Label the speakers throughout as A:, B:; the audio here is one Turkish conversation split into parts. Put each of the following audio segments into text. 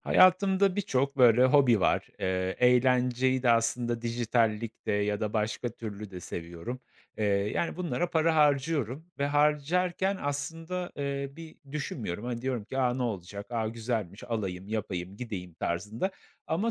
A: Hayatımda birçok böyle hobi var. Eğlenceyi de aslında dijitallikte ya da başka türlü de seviyorum. Yani bunlara para harcıyorum ve harcarken aslında, bir düşünmüyorum. Hani, diyorum ki, "A, ne olacak? A, güzelmiş, alayım, yapayım, gideyim." tarzında ama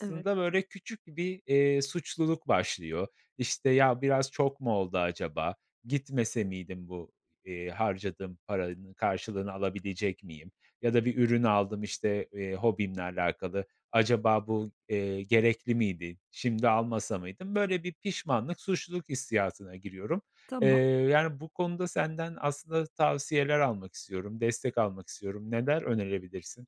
B: Evet,
A: böyle küçük bir, suçluluk başlıyor. İşte, "Ya, biraz çok mu oldu acaba? Gitmese miydim bu, harcadığım paranın karşılığını alabilecek miyim?" ya da bir ürün aldım, işte, hobimle alakalı. Acaba bu, gerekli miydi? Şimdi almasa mıydım? Böyle bir pişmanlık, suçluluk hissiyatına giriyorum. Eee,
B: tamam.
A: Yani, bu konuda senden aslında tavsiyeler almak istiyorum, destek almak istiyorum. Neler önerebilirsin?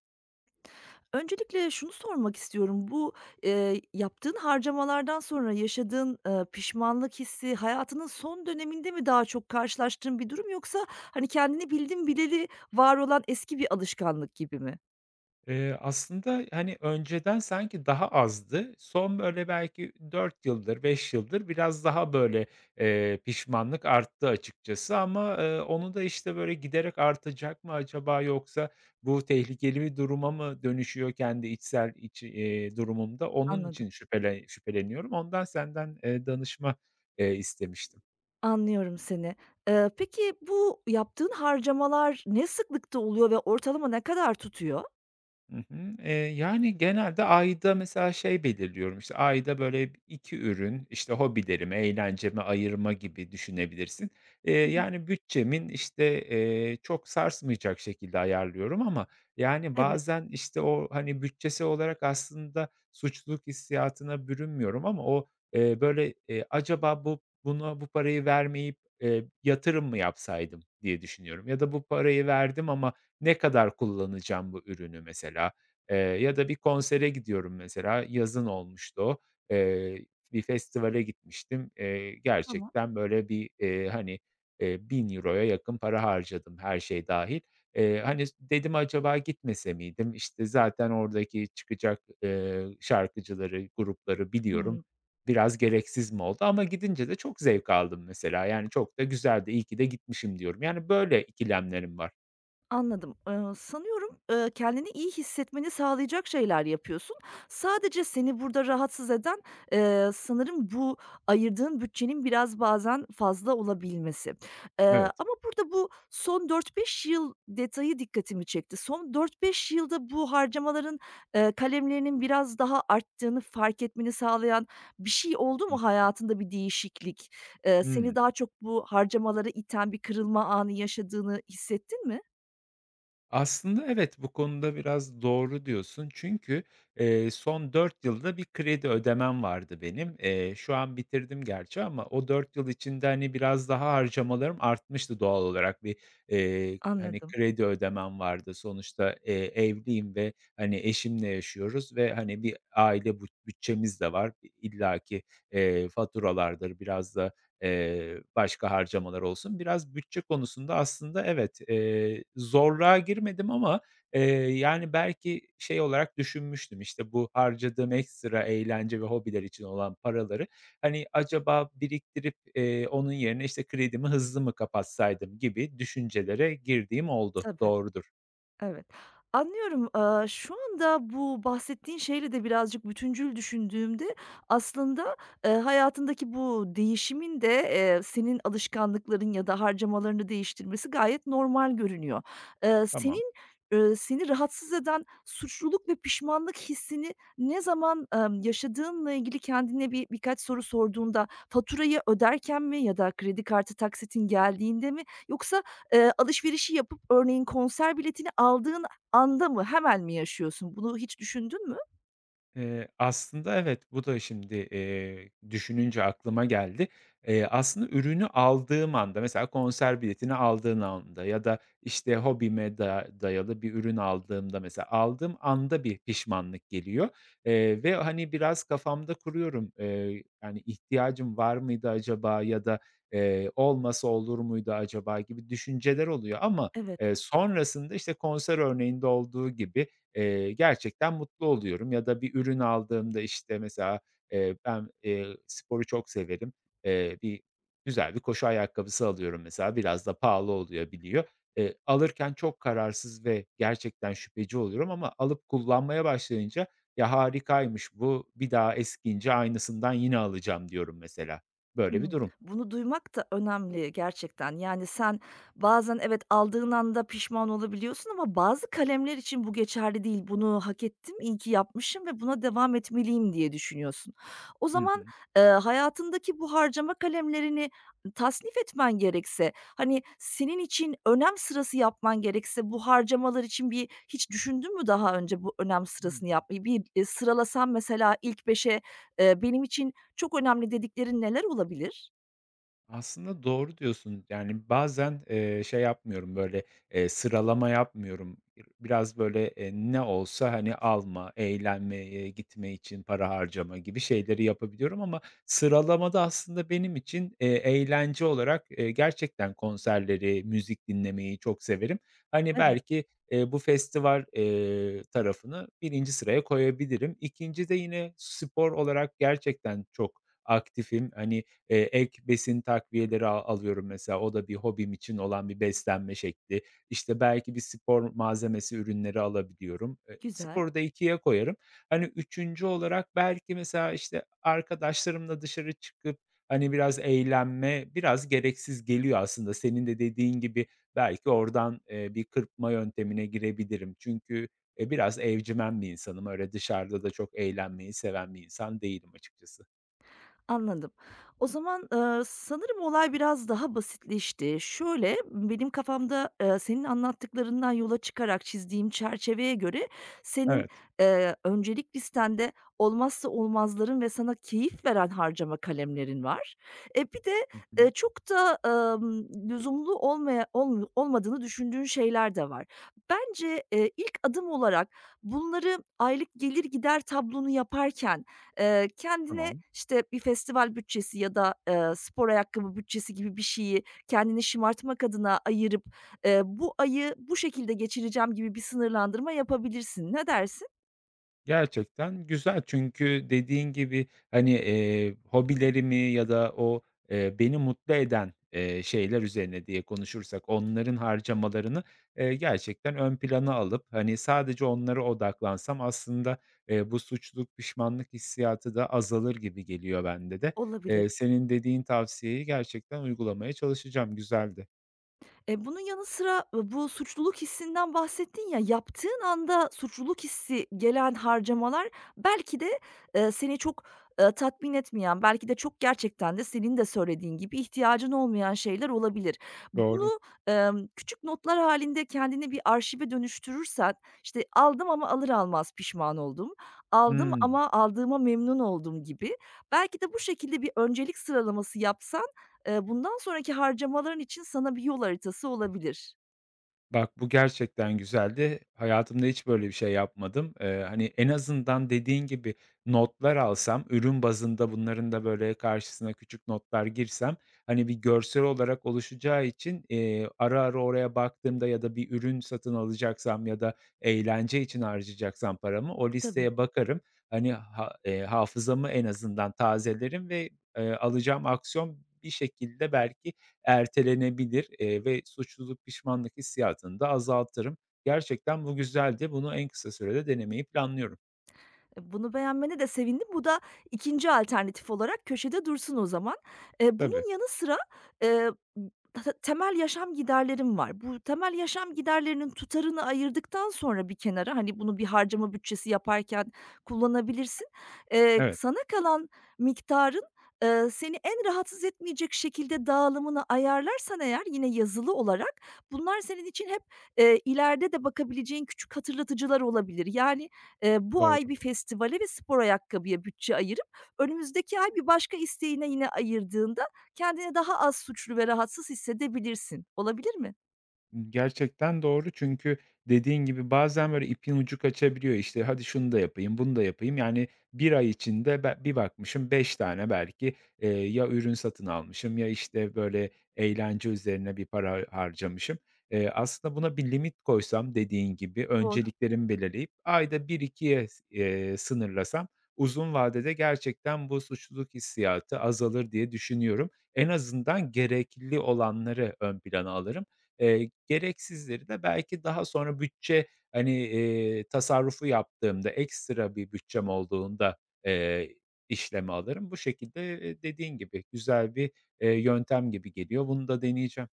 B: Öncelikle şunu sormak istiyorum. Bu, yaptığın harcamalardan sonra yaşadığın, pişmanlık hissi hayatının son döneminde mi daha çok karşılaştığın bir durum yoksa, hani, kendini bildim bileli var olan eski bir alışkanlık gibi mi?
A: Aslında, hani, önceden sanki daha azdı. Son, böyle, belki 4 yıldır, 5 yıldır biraz daha, böyle, pişmanlık arttı açıkçası ama, onu da, işte, böyle, giderek artacak mı acaba yoksa bu tehlikeli bir duruma mı dönüşüyor kendi içsel içi durumumda? Onun
B: Anladım.
A: için şüpheleniyorum. Ondan senden, danışma, istemiştim.
B: Anlıyorum seni. Peki bu yaptığın harcamalar ne sıklıkta oluyor ve ortalama ne kadar tutuyor?
A: Hı hı. Yani, genelde ayda mesela şey belirliyorum, işte, ayda, böyle, 2 ürün, işte, hobilerime, eğlenceme ayırma gibi düşünebilirsin.
B: Hı hı.
A: Yani, bütçemin, işte, çok sarsmayacak şekilde ayarlıyorum ama, yani,
B: Evet,
A: bazen, işte, o, hani, bütçesi olarak aslında suçluluk hissiyatına bürünmüyorum ama o, böyle, acaba buna bu parayı vermeyip, yatırım mı yapsaydım diye düşünüyorum ya da bu parayı verdim ama ne kadar kullanacağım bu ürünü mesela? Ya da bir konsere gidiyorum mesela, yazın olmuştu o. Eee, Bir festivale gitmiştim.
B: tamam.
A: Gerçekten böyle bir, hani, 1.000 euroya yakın para harcadım her şey dahil. Hani, dedim acaba gitmese miydim? İşte, zaten oradaki çıkacak, şarkıcıları, grupları biliyorum. Biraz gereksiz mi oldu? Ama gidince de çok zevk aldım mesela. Yani çok da güzeldi, iyi ki de gitmişim diyorum. Yani böyle ikilemlerim var.
B: Anladım. Sanıyorum, kendini iyi hissetmeni sağlayacak şeyler yapıyorsun. Sadece seni burada rahatsız eden, sanırım bu ayırdığın bütçenin biraz bazen fazla olabilmesi. Eee,
A: Evet.
B: Ama burada bu son dört beş yıl detayı dikkatimi çekti. Son dört beş yılda bu harcamaların, kalemlerinin biraz daha arttığını fark etmeni sağlayan bir şey oldu mu hayatında bir değişiklik? Seni
A: Hımm.
B: daha çok bu harcamalara iten bir kırılma anı yaşadığını hissettin mi?
A: Aslında evet, bu konuda biraz doğru diyorsun. Çünkü, son 4 yılda bir kredi ödemem vardı benim. Şu an bitirdim gerçi ama o 4 yıl içinde, hani, biraz daha harcamalarım artmıştı doğal olarak. Bir, hani,
B: Anladım.
A: kredi ödemem vardı. Sonuçta, evliyim ve, hani, eşimle yaşıyoruz ve, hani, bir aile bütçemiz de var. İ illaki, faturalardır, biraz da, başka harcamalar olsun. Biraz bütçe konusunda aslında evet, zorluğa girmedim ama, eee, yani, belki şey olarak düşünmüştüm, işte, bu harcadığım ekstra eğlence ve hobiler için olan paraları, hani, acaba biriktirip, onun yerine, işte, kredimi hızlı mı kapatsaydım gibi düşüncelere girdiğim oldu.
B: Tabii.
A: Doğrudur.
B: Evet, anlıyorum. Şu anda bu bahsettiğin şeyle de birazcık bütüncül düşündüğümde aslında, hayatındaki bu değişimin de, senin alışkanlıkların ya da harcamalarını değiştirmesi gayet normal görünüyor. Eee,
A: Tamam.
B: senin, Seni rahatsız eden suçluluk ve pişmanlık hissini ne zaman, yaşadığınla ilgili kendine birkaç soru sorduğunda, faturayı öderken mi ya da kredi kartı taksitin geldiğinde mi yoksa alışverişi yapıp örneğin konser biletini aldığın anda mı, hemen mi yaşıyorsun? Bunu hiç düşündün mü?
A: Aslında evet, bu da şimdi, düşününce aklıma geldi. Aslında ürünü aldığım anda, mesela konser biletini aldığın anda ya da, işte, hobime da dayalı bir ürün aldığımda mesela aldığım anda bir pişmanlık geliyor, ve, hani, biraz kafamda kuruyorum. Yani, ihtiyacım var mıydı acaba ya da, olmasa olur muydu acaba gibi düşünceler oluyor ama,
B: Evet.
A: sonrasında, işte, konser örneğinde olduğu gibi, gerçekten mutlu oluyorum ya da bir ürün aldığımda, işte, mesela, ben, sporu çok severim. Bir Güzel bir koşu ayakkabısı alıyorum mesela, biraz da pahalı oluyor, biliyor. Alırken çok kararsız ve gerçekten şüpheci oluyorum ama alıp kullanmaya başlayınca, "Ya, harikaymış bu, bir daha eskince aynısından yine alacağım." diyorum mesela. Böyle bir
B: Hımm.
A: durum.
B: Bunu duymak da önemli gerçekten. Yani, sen bazen evet, aldığın anda pişman olabiliyorsun ama bazı kalemler için bu geçerli değil. "Bunu hak ettim, iyi ki yapmışım ve buna devam etmeliyim." diye düşünüyorsun. O
A: Hı
B: zaman,
A: hı.
B: hayatındaki bu harcama kalemlerini tasnif etmen gerekse, hani, senin için önem sırası yapman gerekse bu harcamalar için hiç düşündün mü daha önce bu önem
A: Hı
B: sırasını
A: hı.
B: yapmayı? Sıralasan mesela ilk beşe "Benim için çok önemli dediklerin neler olabilir?
A: Aslında doğru diyorsun. Yani, bazen, şey yapmıyorum, böyle, sıralama yapmıyorum. Bir biraz, böyle, ne olsa, hani, alma, eğlenmeye gitme için para harcama gibi şeyleri yapabiliyorum ama sıralamada aslında benim için, eğlence olarak, gerçekten konserleri, müzik dinlemeyi çok severim. Hani,
B: Evet,
A: belki, bu festival, tarafını birinci sıraya koyabilirim. 2'nci de yine spor olarak gerçekten çok aktifim. Hani, ek besin takviyeleri alıyorum mesela. O da bir hobim için olan bir beslenme şekli. İşte, belki bir spor malzemesi ürünleri alabiliyorum.
B: güzel.
A: Sporu da 2'ye koyarım. Hani, üçüncü olarak belki mesela, işte, arkadaşlarımla dışarı çıkıp, hani, biraz eğlenme biraz gereksiz geliyor aslında. Senin de dediğin gibi belki oradan, bir kırpma yöntemine girebilirim. Çünkü, biraz evcimen bir insanım. Öyle dışarıda da çok eğlenmeyi seven bir insan değilim açıkçası.
B: Anladım. O zaman, sanırım olay biraz daha basitleşti. Şöyle, benim kafamda, senin anlattıklarından yola çıkarak çizdiğim çerçeveye göre senin,
A: Evet.
B: öncelik listende olmazsa olmazların ve sana keyif veren harcama kalemlerin var. Bir de,
A: Hı hı.
B: çok da, lüzumlu olmaya olm olmadığını düşündüğün şeyler de var. Bence, ilk adım olarak bunları aylık gelir gider tablonu yaparken kendine,
A: Tamam.
B: işte, bir festival bütçesi ya da, spor ayakkabı bütçesi gibi bir şeyi kendini şımartmak adına ayırıp, "Bu ayı bu şekilde geçireceğim." gibi bir sınırlandırma yapabilirsin. Ne dersin?
A: Gerçekten güzel çünkü dediğin gibi, hani, hobilerimi ya da o, beni mutlu eden, şeyler üzerine diye konuşursak onların harcamalarını, gerçekten ön plana alıp, hani, sadece onlara odaklansam aslında, bu suçluluk, pişmanlık hissiyatı da azalır gibi geliyor bende de.
B: Olabilir.
A: Senin dediğin tavsiyeyi gerçekten uygulamaya çalışacağım. Güzeldi.
B: Bunun yanı sıra, bu suçluluk hissinden bahsettin ya, yaptığın anda suçluluk hissi gelen harcamalar belki de, seni çok, tatmin etmeyen, belki de çok gerçekten de senin de söylediğin gibi ihtiyacın olmayan şeyler olabilir.
A: Doğru.
B: Bunu, küçük notlar halinde kendini bir arşive dönüştürürsen, işte, "Aldım ama alır almaz pişman oldum. Aldım
A: Hımm.
B: ama aldığıma memnun oldum." gibi belki de bu şekilde bir öncelik sıralaması yapsan bundan sonraki harcamaların için sana bir yol haritası olabilir.
A: Bak, bu gerçekten güzeldi. Hayatımda hiç böyle bir şey yapmadım. Hani, en azından dediğin gibi notlar alsam, ürün bazında bunların da böyle karşısına küçük notlar girsem, hani, bir görsel olarak oluşacağı için, ara ara oraya baktığımda ya da bir ürün satın alacaksam ya da eğlence için harcayacaksam paramı o listeye bakarım. Hani, hafızamı en azından tazelerim ve, alacağım aksiyon bir şekilde belki ertelenebilir, ve suçluluk, pişmanlık hissiyatını da azaltırım. Gerçekten bu güzeldi. Bunu en kısa sürede denemeyi planlıyorum.
B: Bunu beğenmene de sevindim. Bu da ikinci alternatif olarak köşede dursun o zaman.
A: Tabii,
B: Bunun yanı sıra, eee, b temel yaşam giderlerim var. Bu temel yaşam giderlerinin tutarını ayırdıktan sonra bir kenara, hani, bunu bir harcama bütçesi yaparken kullanabilirsin.
A: evet,
B: Sana kalan miktarın, seni en rahatsız etmeyecek şekilde dağılımını ayarlarsan eğer yine yazılı olarak bunlar senin için hep, ileride de bakabileceğin küçük hatırlatıcılar olabilir. Yani, bu
A: doğru.
B: ay bir festivale ve spor ayakkabıya bütçe ayırıp önümüzdeki ay bir başka isteğine yine ayırdığında kendini daha az suçlu ve rahatsız hissedebilirsin. Olabilir mi?
A: Gerçekten doğru çünkü dediğin gibi bazen böyle ipin ucu kaçabiliyor. İşte "Hadi şunu da yapayım, bunu da yapayım." Yani bir ay içinde bir bakmışım 5 tane belki, ya ürün satın almışım ya, işte, böyle eğlence üzerine bir para harcamışım. Aslında buna bir limit koysam dediğin gibi,
B: Doğru.
A: önceliklerimi belirleyip ayda bir 2'ye sınırlasam uzun vadede gerçekten bu suçluluk hissiyatı azalır diye düşünüyorum. En azından gerekli olanları ön plana alırım. Gereksizleri de belki daha sonra bütçe, hani, tasarrufu yaptığımda, ekstra bir bütçem olduğunda, eee, işleme alırım. Bu şekilde, dediğin gibi güzel bir, yöntem gibi geliyor. Bunu da deneyeceğim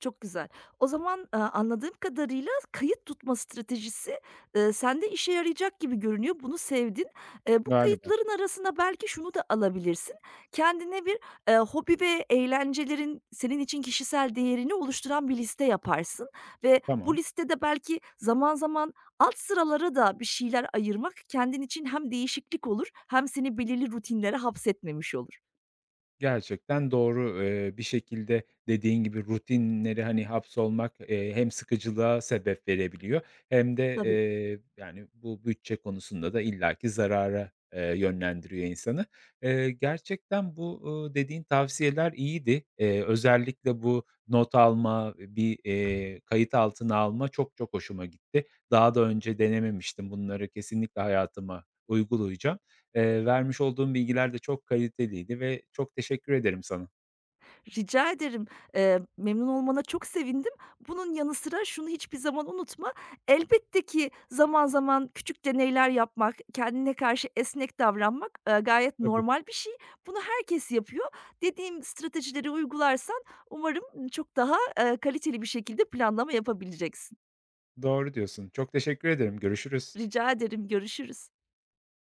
B: Çok güzel. O zaman, anladığım kadarıyla kayıt tutma stratejisi, sende işe yarayacak gibi görünüyor. Bunu sevdin. Bu
A: galiba.
B: kayıtların arasına belki şunu da alabilirsin. Kendine bir, hobi ve eğlencelerin senin için kişisel değerini oluşturan bir liste yaparsın ve bu
A: Tamam.
B: listede belki zaman zaman alt sıralara da bir şeyler ayırmak kendin için hem değişiklik olur hem seni belirli rutinlere hapsetmemiş olur.
A: Gerçekten doğru. Bir şekilde dediğin gibi rutinleri, hani, hapsolmak, hem sıkıcılığa sebep verebiliyor hem de,
B: Tabii.
A: yani, bu bütçe konusunda da illaki zarara, yönlendiriyor insanı. Gerçekten bu, dediğin tavsiyeler iyiydi. Özellikle bu not alma, bir, kayıt altına alma çok çok hoşuma gitti. Daha da önce denememiştim. Bunları kesinlikle hayatıma uygulayacağım. Vermiş olduğun bilgiler de çok kaliteliydi ve çok teşekkür ederim sana.
B: Rica ederim. Memnun olmana çok sevindim. Bunun yanı sıra şunu hiçbir zaman unutma. Elbette ki zaman zaman küçük deneyler yapmak, kendine karşı esnek davranmak, gayet
A: Tabii.
B: normal bir şey. Bunu herkes yapıyor. Dediğim stratejileri uygularsan umarım çok daha, kaliteli bir şekilde planlama yapabileceksin.
A: Doğru diyorsun. Çok teşekkür ederim. Görüşürüz.
B: Rica ederim, görüşürüz.